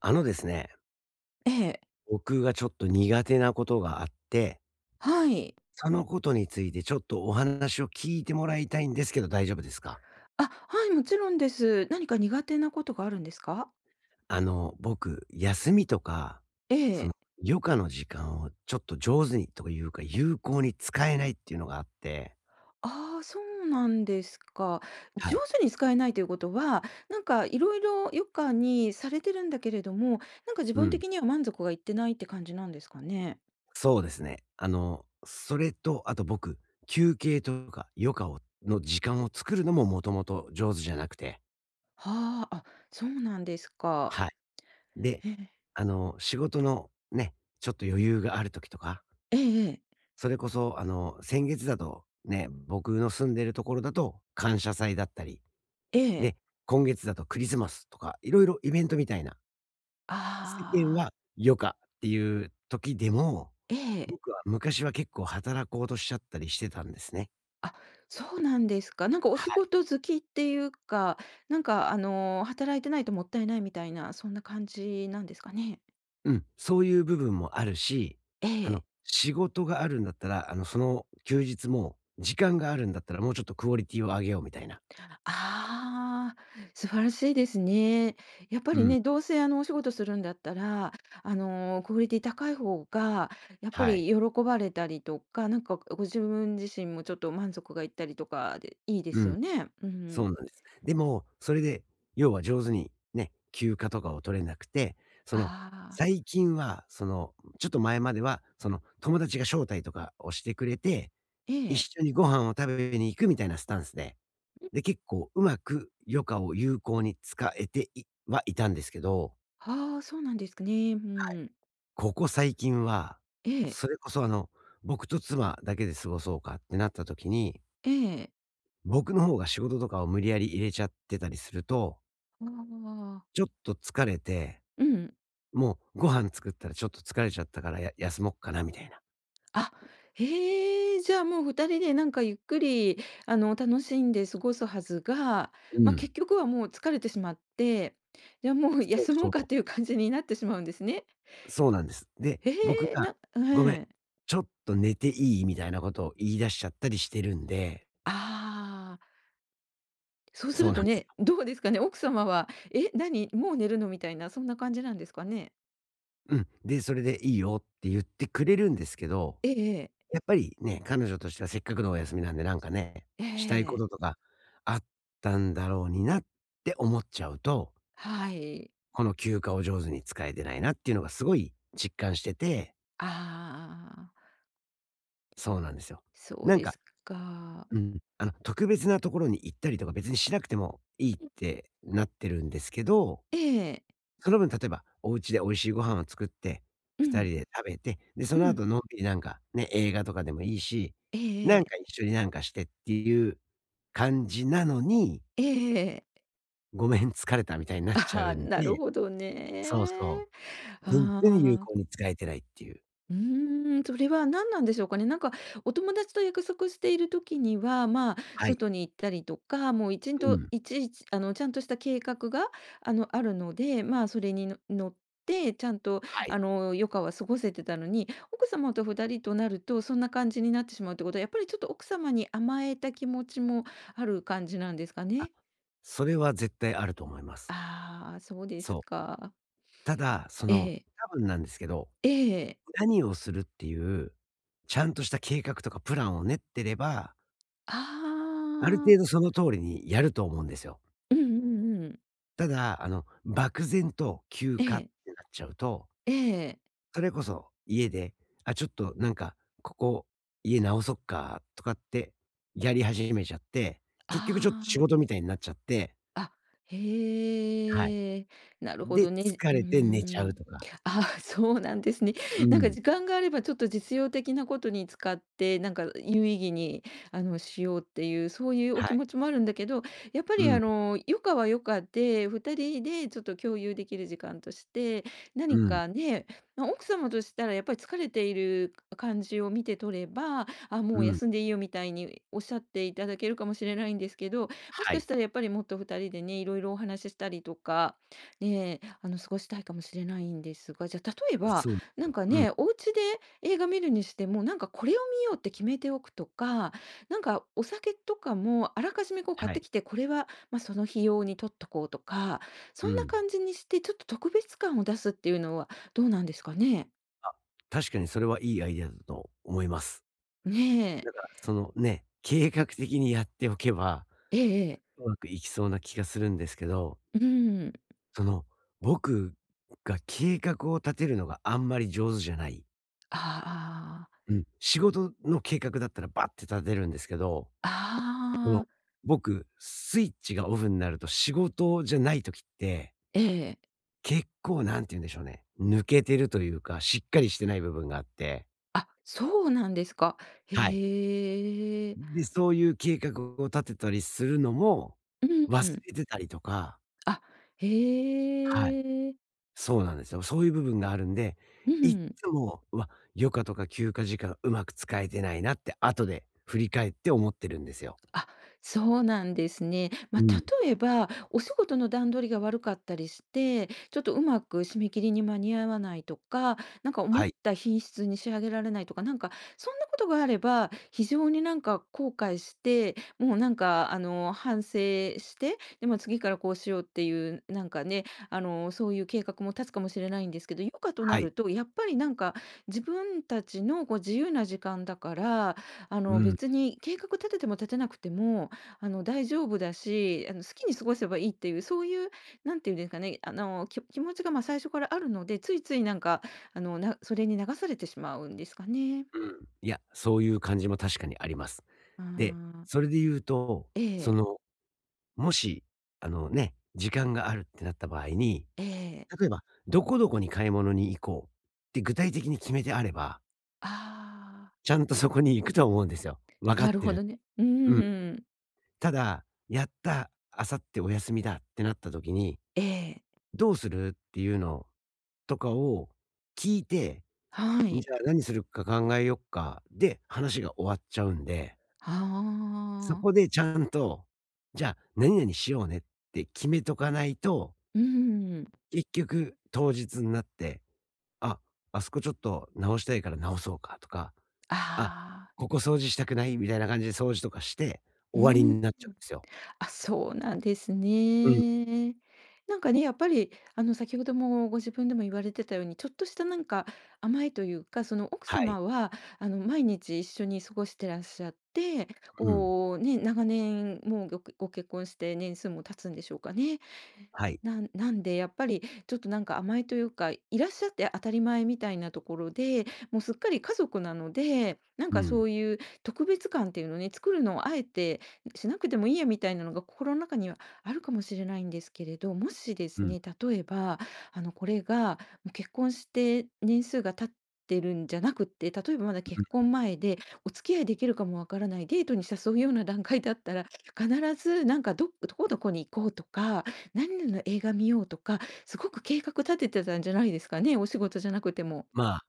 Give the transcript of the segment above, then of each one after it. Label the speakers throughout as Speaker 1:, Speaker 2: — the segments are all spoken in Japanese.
Speaker 1: ですね、
Speaker 2: ええ、
Speaker 1: 僕がちょっと苦手なことがあって、
Speaker 2: はい。
Speaker 1: そのことについてちょっとお話を聞いてもらいたいんですけど大丈夫ですか？
Speaker 2: あ、はい、もちろんです。何か苦手なことがあるんですか？
Speaker 1: 僕、休みとか、
Speaker 2: え
Speaker 1: その
Speaker 2: え。
Speaker 1: 余暇の時間をちょっと上手にというか、有効に使えないっていうのがあって。
Speaker 2: ああ、そうなんですか。
Speaker 1: は
Speaker 2: 上
Speaker 1: い。
Speaker 2: 手に使えないということは、なんか色々余暇にされてるんだけれども、なんか自
Speaker 1: う
Speaker 2: 分
Speaker 1: ん。
Speaker 2: 的には満足がいってないって感じなんですかね？
Speaker 1: そうですね。それと、あと僕、休憩とか余暇をの時間を作るのももともと上手じゃなくて。
Speaker 2: はあ、あ、そうなんですか。
Speaker 1: はい。で、
Speaker 2: ええ。
Speaker 1: 仕事のね、ちょっと余裕がある時とか、
Speaker 2: ええええ。
Speaker 1: それこそ、先月だとね、僕の住んでるところだと感謝祭だったり、
Speaker 2: ええ。
Speaker 1: で、今月だとクリスマスとか、いろいろイベントみたいな、世間
Speaker 2: ああ、
Speaker 1: は余暇っていう時でも、
Speaker 2: ええ。
Speaker 1: 僕は昔は結構働こうとしちゃったりしてたんですね。
Speaker 2: あ、そうなんですか。なんかお
Speaker 1: は
Speaker 2: 仕
Speaker 1: い。
Speaker 2: 事好きっていうか、なんか働いてないともったいないみたいな、そんな感じなんですかね？
Speaker 1: うん、そういう部分もあるし、
Speaker 2: ええ。
Speaker 1: 仕事があるんだったら、その休日も時間があるんだったら、もうちょっとクオリティを上げようみたいな。
Speaker 2: ああ、素晴らしいですね。やっぱ
Speaker 1: う
Speaker 2: り
Speaker 1: ん。
Speaker 2: ね、どうせお仕事するんだったら、クオリティ高い方が、やっぱ
Speaker 1: はい。
Speaker 2: り喜ばれたりとか、なんかご自分自身もちょっと満足がいったりとかで、いいで
Speaker 1: う
Speaker 2: す
Speaker 1: ん。
Speaker 2: よね。う
Speaker 1: そう
Speaker 2: ん。
Speaker 1: なんです。でも、それで、要は上手にね、休暇とかを取れなくて、その、
Speaker 2: ああ、
Speaker 1: 最近は、ちょっと前までは、友達が招待とかをしてくれて、
Speaker 2: え
Speaker 1: 一
Speaker 2: え。
Speaker 1: 緒にご飯を食べに行くみたいなスタンスで、で、結構うまく余暇を有効に使えていはいたんですけど、
Speaker 2: ああ、そうなんですかね。うん。
Speaker 1: ここ最近は、
Speaker 2: ええ、
Speaker 1: それこそ僕と妻だけで過ごそうかってなった時に、
Speaker 2: ええ。
Speaker 1: 僕の方が仕事とかを無理やり入れちゃってたりすると
Speaker 2: ああ。
Speaker 1: ちょっと疲れて、
Speaker 2: うん。
Speaker 1: もうご飯作ったらちょっと疲れちゃったから、や休もっかなみたいな。
Speaker 2: あ、へえ、じゃあもう2人でなんかゆっくり、楽しんで過ごすはずが、
Speaker 1: う
Speaker 2: ま、
Speaker 1: ん。
Speaker 2: 結局はもう疲れてしまって、じゃあもう
Speaker 1: そう
Speaker 2: 休も
Speaker 1: そ
Speaker 2: う
Speaker 1: う。
Speaker 2: かっていう感じになってしまうんですね。
Speaker 1: そうなんです。で、
Speaker 2: へ
Speaker 1: 僕
Speaker 2: え、
Speaker 1: が
Speaker 2: な
Speaker 1: 「ごめん、
Speaker 2: はい。
Speaker 1: ちょっと寝ていい？」みたいなことを言い出しちゃったりしてるんで、
Speaker 2: ああ、そうす
Speaker 1: そう
Speaker 2: る
Speaker 1: な
Speaker 2: と
Speaker 1: んです
Speaker 2: ね、
Speaker 1: よ。
Speaker 2: どうですかね、奥様は「え、何、もう寝るの？」みたいな、そんな感じなんですかね？
Speaker 1: うん。で、それで「いいよ」って言ってくれるんですけど、
Speaker 2: ええええ。
Speaker 1: やっぱりね、彼女としてはせっかくのお休みなんで、なんかね、
Speaker 2: え
Speaker 1: したいこ
Speaker 2: え。
Speaker 1: ととかあったんだろうになって思っちゃうと、
Speaker 2: はい。
Speaker 1: この休暇を上手に使えてないなっていうのがすごい実感してて、
Speaker 2: ああああああ。
Speaker 1: そうなんですよ。
Speaker 2: そう
Speaker 1: なん
Speaker 2: で
Speaker 1: か、
Speaker 2: すか。
Speaker 1: うん、特別なところに行ったりとか別にしなくてもいいっ
Speaker 2: うん。
Speaker 1: てなってるんですけど、
Speaker 2: ええ。
Speaker 1: その分例えばお家で美味しいご飯を作って、
Speaker 2: う
Speaker 1: 二
Speaker 2: ん、
Speaker 1: 人で食べて、で、そ
Speaker 2: う
Speaker 1: の
Speaker 2: ん。
Speaker 1: 後のんびりなんかね、映画とかでもいいし、
Speaker 2: えええ
Speaker 1: なん
Speaker 2: え。
Speaker 1: か一緒になんかしてっていう感じなのに、
Speaker 2: ええ
Speaker 1: ごめん疲れたみたいになっちゃ
Speaker 2: あ
Speaker 1: う
Speaker 2: あ、
Speaker 1: ん
Speaker 2: なる
Speaker 1: で、
Speaker 2: ほど
Speaker 1: そう
Speaker 2: ね。
Speaker 1: そう、全然有
Speaker 2: ああ、
Speaker 1: 効に使えてないっていう。
Speaker 2: うーん、それは何なんでしょうかね。なんかお友達と約束している時には、まあ、
Speaker 1: はい。
Speaker 2: 外に行ったりとか、もう
Speaker 1: うん。
Speaker 2: いちいち、ちゃんとした計画が、あるので、まあ、それにの乗って、ちゃんと、
Speaker 1: はい。
Speaker 2: 余暇は過ごせてたのに、奥様とふた人となると、そんな感じになってしまうってことは、やっぱりちょっと奥様に甘えた気持ちもある感じなんですか
Speaker 1: あ、
Speaker 2: ね？
Speaker 1: それは絶対あると思います。
Speaker 2: ああ、そうです
Speaker 1: そう。
Speaker 2: か。
Speaker 1: ただ、
Speaker 2: ええ、
Speaker 1: 多分なんですけど、
Speaker 2: ええ。
Speaker 1: 何をするっていう、ちゃんとした計画とかプランを練ってれば、ある
Speaker 2: あ
Speaker 1: 程度
Speaker 2: あ。
Speaker 1: その通りにやると思うんですよ。
Speaker 2: うんうんうん。
Speaker 1: ただ、漠然と休
Speaker 2: え
Speaker 1: 暇っ
Speaker 2: え、
Speaker 1: てなっちゃうと、
Speaker 2: ええ。
Speaker 1: それこそ家で、あ、ちょっとなんか、ここ家直そっかとかってやり始めちゃって、結局ちょっと仕
Speaker 2: ああ。
Speaker 1: 事みたいになっちゃって、
Speaker 2: あ、
Speaker 1: はい。
Speaker 2: へえ、なるほ
Speaker 1: で、
Speaker 2: どね。
Speaker 1: 疲
Speaker 2: うー
Speaker 1: れて寝ちゃう
Speaker 2: ん。
Speaker 1: とか。
Speaker 2: あ、そうなんですね。
Speaker 1: う
Speaker 2: なんか
Speaker 1: ん。
Speaker 2: 時間があればちょっと実用的なことに使って、なんか有意義に、しようっていう、そういうお気
Speaker 1: はい。
Speaker 2: 持ちもあるんだけど、やっぱ
Speaker 1: う
Speaker 2: り
Speaker 1: ん、
Speaker 2: 余暇は余暇で、2人でちょっと共有できる時間として、
Speaker 1: う
Speaker 2: 何
Speaker 1: ん、
Speaker 2: かね、ま、奥様としたらやっぱり疲れている感じを見て取れば、あ、もう
Speaker 1: うん。
Speaker 2: 休んでいいよみたいにおっしゃっていただけるかもしれないんですけど、もし
Speaker 1: は
Speaker 2: か
Speaker 1: い。
Speaker 2: したらやっぱりもっと2人でね、いろいろお話ししたりとか、ね、過ごしたいかもしれないんですが、じゃあ例えば、
Speaker 1: そうなんです
Speaker 2: なん
Speaker 1: よ。
Speaker 2: か
Speaker 1: うん。
Speaker 2: ね、お家で映画見るにしても、なんかこれを見ようって決めておくとか、なんかお酒とかもあらかじめこう買
Speaker 1: は
Speaker 2: って
Speaker 1: い。
Speaker 2: きて、これはまあその日用に取っとこうとか、
Speaker 1: う
Speaker 2: そんな
Speaker 1: ん。
Speaker 2: 感じにして、ちょっと特別感を出すっていうのはどうなんですかね。
Speaker 1: あ、確かにそれはいいアイデアだと思います。
Speaker 2: ねえ、
Speaker 1: だからね、計画的にやっておけば、
Speaker 2: ええ、ええ
Speaker 1: うまくいきそうな気がするんですけど、
Speaker 2: うん、
Speaker 1: その、僕が計画を立てるのがあんまり上手じゃない。
Speaker 2: ああ、
Speaker 1: うん。仕事の計画だったらバッて立てるんですけど、この、
Speaker 2: ああ、
Speaker 1: 僕、スイッチがオフになると仕事じゃない時って、
Speaker 2: ええ。
Speaker 1: 結構なんて言うんでしょうね、抜けてるというか、しっかりしてない部分があって、
Speaker 2: あ、そうなんですか。
Speaker 1: はい。
Speaker 2: へえ。
Speaker 1: で、そういう計画を立てたりするのも、
Speaker 2: うん
Speaker 1: 忘
Speaker 2: うん。
Speaker 1: れてたりとか、
Speaker 2: あ、へ
Speaker 1: はい、
Speaker 2: え。
Speaker 1: そうなんですよ。そういう部分があるんで、
Speaker 2: う
Speaker 1: いっ
Speaker 2: ん
Speaker 1: つも、うわ、余暇とか休暇時間うまく使えてないなって後で振り返って思ってるんですよ。
Speaker 2: あ、そうなんですね。
Speaker 1: う
Speaker 2: まあ、
Speaker 1: ん。
Speaker 2: 例えば、お仕事の段取りが悪かったりして、ちょっとうまく締め切りに間に合わないとか、なんか思っ
Speaker 1: はい、
Speaker 2: た品質に仕上げられないとか、なんかそんなことがあれば、非常になんか後悔して、もうなんか反省して、で、ま、次からこうしようっていう、なんかね、そういう計画も立つかもしれないんですけど、余暇と
Speaker 1: は
Speaker 2: な
Speaker 1: い。
Speaker 2: ると、やっぱりなんか自分たちのこう自由な時間だから、
Speaker 1: うん、うん。
Speaker 2: 別に計画立てても立てなくても、大丈夫だし、好きに過ごせばいいっていう、そういう、なんていうんですかね、気持ちが、ま、最初からあるので、ついついなんか、それに流されてしまうんですかね。
Speaker 1: いや、そういう感じも確かにあります。
Speaker 2: うー
Speaker 1: で、
Speaker 2: ん。
Speaker 1: それで言うと、
Speaker 2: え
Speaker 1: そ
Speaker 2: え、
Speaker 1: の、もし、あのね、時間があるってなった場合に、
Speaker 2: え
Speaker 1: 例え
Speaker 2: え。
Speaker 1: ば、どこどこに買い物に行こうって具体的に決めてあれば、
Speaker 2: ああ、
Speaker 1: ちゃんとそこに行くと思うんですよ。分かっ
Speaker 2: なる
Speaker 1: て
Speaker 2: ほ
Speaker 1: る。
Speaker 2: どね。う
Speaker 1: うん。
Speaker 2: ん、
Speaker 1: ただ、やった、あさってお休みだってなった時に、
Speaker 2: ええ、
Speaker 1: どうするっていうのとかを聞いて、
Speaker 2: は
Speaker 1: じ
Speaker 2: い。
Speaker 1: ゃあ何するか考えよっか、で、話が終わっちゃうんで、そ
Speaker 2: あ
Speaker 1: こ
Speaker 2: あ、
Speaker 1: でちゃんと、じゃあ何々しようねって決めとかないと、
Speaker 2: うん。
Speaker 1: 結局当日になって、あ、あそこちょっと直したいから直そうかとか、あ、
Speaker 2: ああ、
Speaker 1: ここ掃除したくないみたいな感じで掃除とかして、
Speaker 2: う
Speaker 1: 終わり
Speaker 2: ん。
Speaker 1: になっちゃうんですよ。
Speaker 2: あ、そうなんです
Speaker 1: うん。
Speaker 2: ね。なんかね、やっぱり、先ほどもご自分でも言われてたように、ちょっとしたなんか甘えというか、その奥
Speaker 1: はい。
Speaker 2: 様は、毎日一緒に過ごしてらっしゃって、
Speaker 1: うん。
Speaker 2: こうね、長年もうご結婚して年数も経つんでしょうかね。
Speaker 1: はい。
Speaker 2: なんで、やっぱりちょっとなんか甘えというか、いらっしゃって当たり前みたいなところで、もうすっかり家族なので、なん
Speaker 1: う
Speaker 2: か
Speaker 1: ん。
Speaker 2: そういう特別感っていうのね、作るのをあえてしなくてもいいやみたいなのが心の中にはあるかもしれないんですけれど、もしで
Speaker 1: う
Speaker 2: す
Speaker 1: ん。
Speaker 2: ね、例えば、これがもう結婚して年数が経ってるんじゃなくって、例えばまだ
Speaker 1: う
Speaker 2: 結
Speaker 1: ん。
Speaker 2: 婚前でお付き合いできるかもわからないデートに誘うような段階だったら、必ずなんかどこどこに行こうとか、何々の映画見ようとか、すごく計画立ててたんじゃないですかね、お仕事じゃなくても。
Speaker 1: まあ、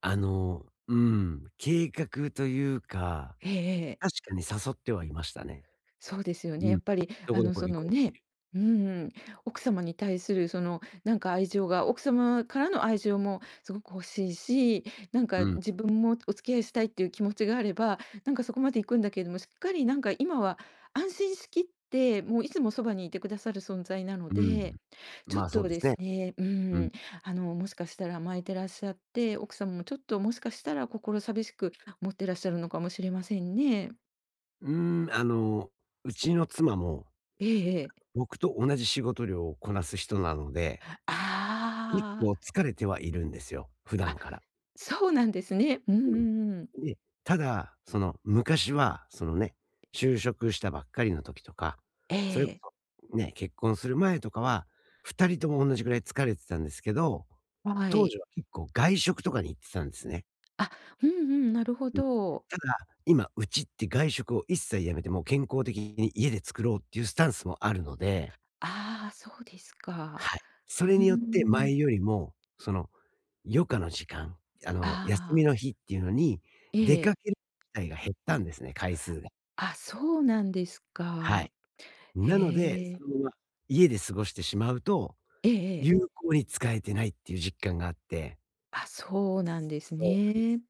Speaker 1: うん、計画というか、
Speaker 2: ええええ。
Speaker 1: 確かに誘ってはいましたね。
Speaker 2: そうですよね。
Speaker 1: う
Speaker 2: や
Speaker 1: ん。
Speaker 2: っぱり
Speaker 1: どこどこ
Speaker 2: そ
Speaker 1: 行
Speaker 2: の
Speaker 1: こうっ
Speaker 2: ね、
Speaker 1: ていう。
Speaker 2: うん、奥様に対するその、なんか愛情が奥様からの愛情もすごく欲しいし、なん
Speaker 1: う
Speaker 2: か
Speaker 1: ん。
Speaker 2: 自分もお付き合いしたいっていう気持ちがあれば、なんかそこまで行くんだけれども、しっかりなんか今は安心しきって、もういつもそばにいてくださる存在なの
Speaker 1: う
Speaker 2: で
Speaker 1: ん。
Speaker 2: ちょっ
Speaker 1: まあ、
Speaker 2: と
Speaker 1: そうです
Speaker 2: です
Speaker 1: ね。
Speaker 2: ね、う
Speaker 1: うん。
Speaker 2: ん、もしかしたら甘えてらっしゃって、奥様もちょっともしかしたら心寂しく思ってらっしゃるのかもしれませんね。
Speaker 1: うーん、うちの妻も、
Speaker 2: ええええ。
Speaker 1: 僕と同じ仕事量をこなす人なので、結
Speaker 2: ああ、
Speaker 1: 構疲れてはいるんですよ、普
Speaker 2: あ、
Speaker 1: 段から。
Speaker 2: そうなんですね。うんうんうん。
Speaker 1: うん。で、ただ、昔は、そのね、就職したばっかりの時とか、
Speaker 2: え
Speaker 1: それ
Speaker 2: え、
Speaker 1: こそ、ね、結婚する前とかは、2人とも同じぐらい疲れてたんですけど、
Speaker 2: は
Speaker 1: 当
Speaker 2: い。
Speaker 1: 時は結構外食とかに行ってたんですね。
Speaker 2: あ、うんうん、なるほ
Speaker 1: うん。
Speaker 2: ど。
Speaker 1: ただ、今、うちって外食を一切やめて、もう健康的に家で作ろうっていうスタンスもあるので、
Speaker 2: ああ、そうですか。
Speaker 1: はい。そ
Speaker 2: う
Speaker 1: れによって
Speaker 2: ーん。
Speaker 1: 前よりも、余暇の時間、休み
Speaker 2: あ
Speaker 1: の
Speaker 2: あ、
Speaker 1: 日っていうのに、
Speaker 2: え
Speaker 1: 出か
Speaker 2: え。
Speaker 1: ける機会が減ったんですね、回数が。
Speaker 2: あ、そうなんです
Speaker 1: は
Speaker 2: か。
Speaker 1: い。なので、
Speaker 2: へ
Speaker 1: そ
Speaker 2: え。
Speaker 1: のまま家で過ごしてしまうと、
Speaker 2: えええ
Speaker 1: 有
Speaker 2: え。
Speaker 1: 効に使えてないっていう実感があって。
Speaker 2: あ、そうなんです
Speaker 1: そうなんです。
Speaker 2: ね。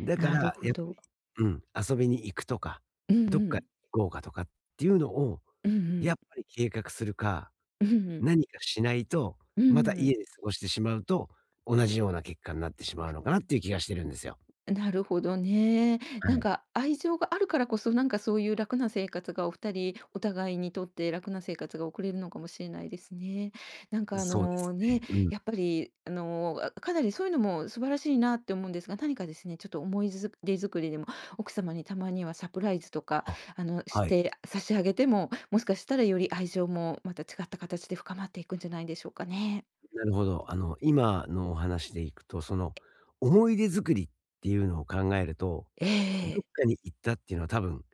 Speaker 1: だか
Speaker 2: なる
Speaker 1: ら、
Speaker 2: ほ
Speaker 1: やっぱり
Speaker 2: ど。
Speaker 1: うん、遊びに行くとか、
Speaker 2: うん
Speaker 1: どっ
Speaker 2: う
Speaker 1: か
Speaker 2: ん。
Speaker 1: 行こうかとかっていうのを、
Speaker 2: うんう
Speaker 1: や
Speaker 2: ん。
Speaker 1: っぱり計画するか
Speaker 2: うんうん。
Speaker 1: 何かしないと、
Speaker 2: う
Speaker 1: また家
Speaker 2: ん
Speaker 1: で過ごしてしまうと、同じような結果になってしまうのかなっていう気がしてるんですよ。
Speaker 2: なるほどね。
Speaker 1: は
Speaker 2: なん
Speaker 1: い。
Speaker 2: か愛情があるからこそ、なんかそういう楽な生活がお二人お互いにとって楽な生活が送れるのかもしれないですね。なんか
Speaker 1: そうですね。うん。
Speaker 2: やっぱりかなりそういうのも素晴らしいなって思うんですが、何かですね、ちょっと思いづ出作りでも、奥様にたまにはサプライズとか、
Speaker 1: あ、
Speaker 2: し
Speaker 1: はい。
Speaker 2: て差し上げても、もしかしたらより愛情もまた違った形で深まっていくんじゃないでしょうかね。
Speaker 1: なるほど。今のお話でいくと、思い出作りっていうのを考えると、
Speaker 2: え
Speaker 1: どっ
Speaker 2: え。
Speaker 1: かに行ったっていうのは多分、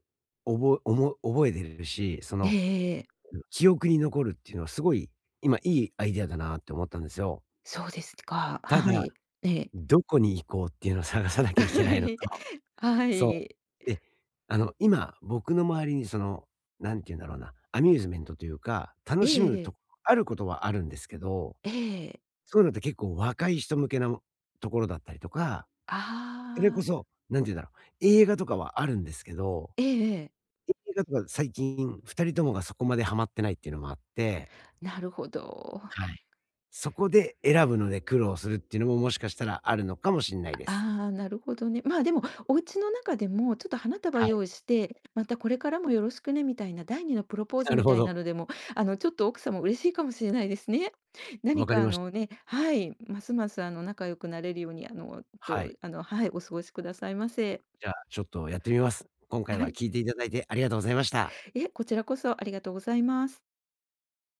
Speaker 1: おぼおも覚えてるし、
Speaker 2: ええ
Speaker 1: 記憶に残るっていうのはすごい、今いいアイデアだなって思ったんですよ。
Speaker 2: そうですか。
Speaker 1: た
Speaker 2: は
Speaker 1: だ、
Speaker 2: い。ええ。
Speaker 1: どこに行こうっていうのを探さなきゃいけないのと、
Speaker 2: は
Speaker 1: そ
Speaker 2: い。
Speaker 1: う。で、今、僕の周りに何て言うんだろうな、アミューズメントというか、楽
Speaker 2: え
Speaker 1: し
Speaker 2: え
Speaker 1: む
Speaker 2: え
Speaker 1: と
Speaker 2: え。
Speaker 1: こあることはあるんですけど、そういうのって結構若い人向けところだったりとか、それこ
Speaker 2: ああ。
Speaker 1: そ、何て言うんだろう、映画とかはあるんですけど、
Speaker 2: ええ
Speaker 1: 映画とか最近2人ともがそこまでハマってないっていうのもあって、
Speaker 2: なるほど。
Speaker 1: はい。そこで選ぶので苦労するっていうのももしかしたらあるのかもしれないです。
Speaker 2: ああ、なるほどね。まあ、でも、お家の中でもちょっと花束
Speaker 1: はい。
Speaker 2: 用意して、またこれからもよろしくねみたいな、第2のプロポーズ
Speaker 1: なる
Speaker 2: み
Speaker 1: ほ
Speaker 2: たい
Speaker 1: ど。
Speaker 2: なのでも、ちょっと奥様嬉しいかもしれないですね。
Speaker 1: わ
Speaker 2: 何
Speaker 1: かり
Speaker 2: か
Speaker 1: ました。
Speaker 2: はい、ますます仲良くなれるように、あの、
Speaker 1: は
Speaker 2: と、
Speaker 1: い。
Speaker 2: あの、はい、お過ごしくださいませ。
Speaker 1: じゃあ、ちょっとやってみます。今回は聞い
Speaker 2: は
Speaker 1: ていただいてありがとうございました。
Speaker 2: いえ、こちらこそありがとうございます。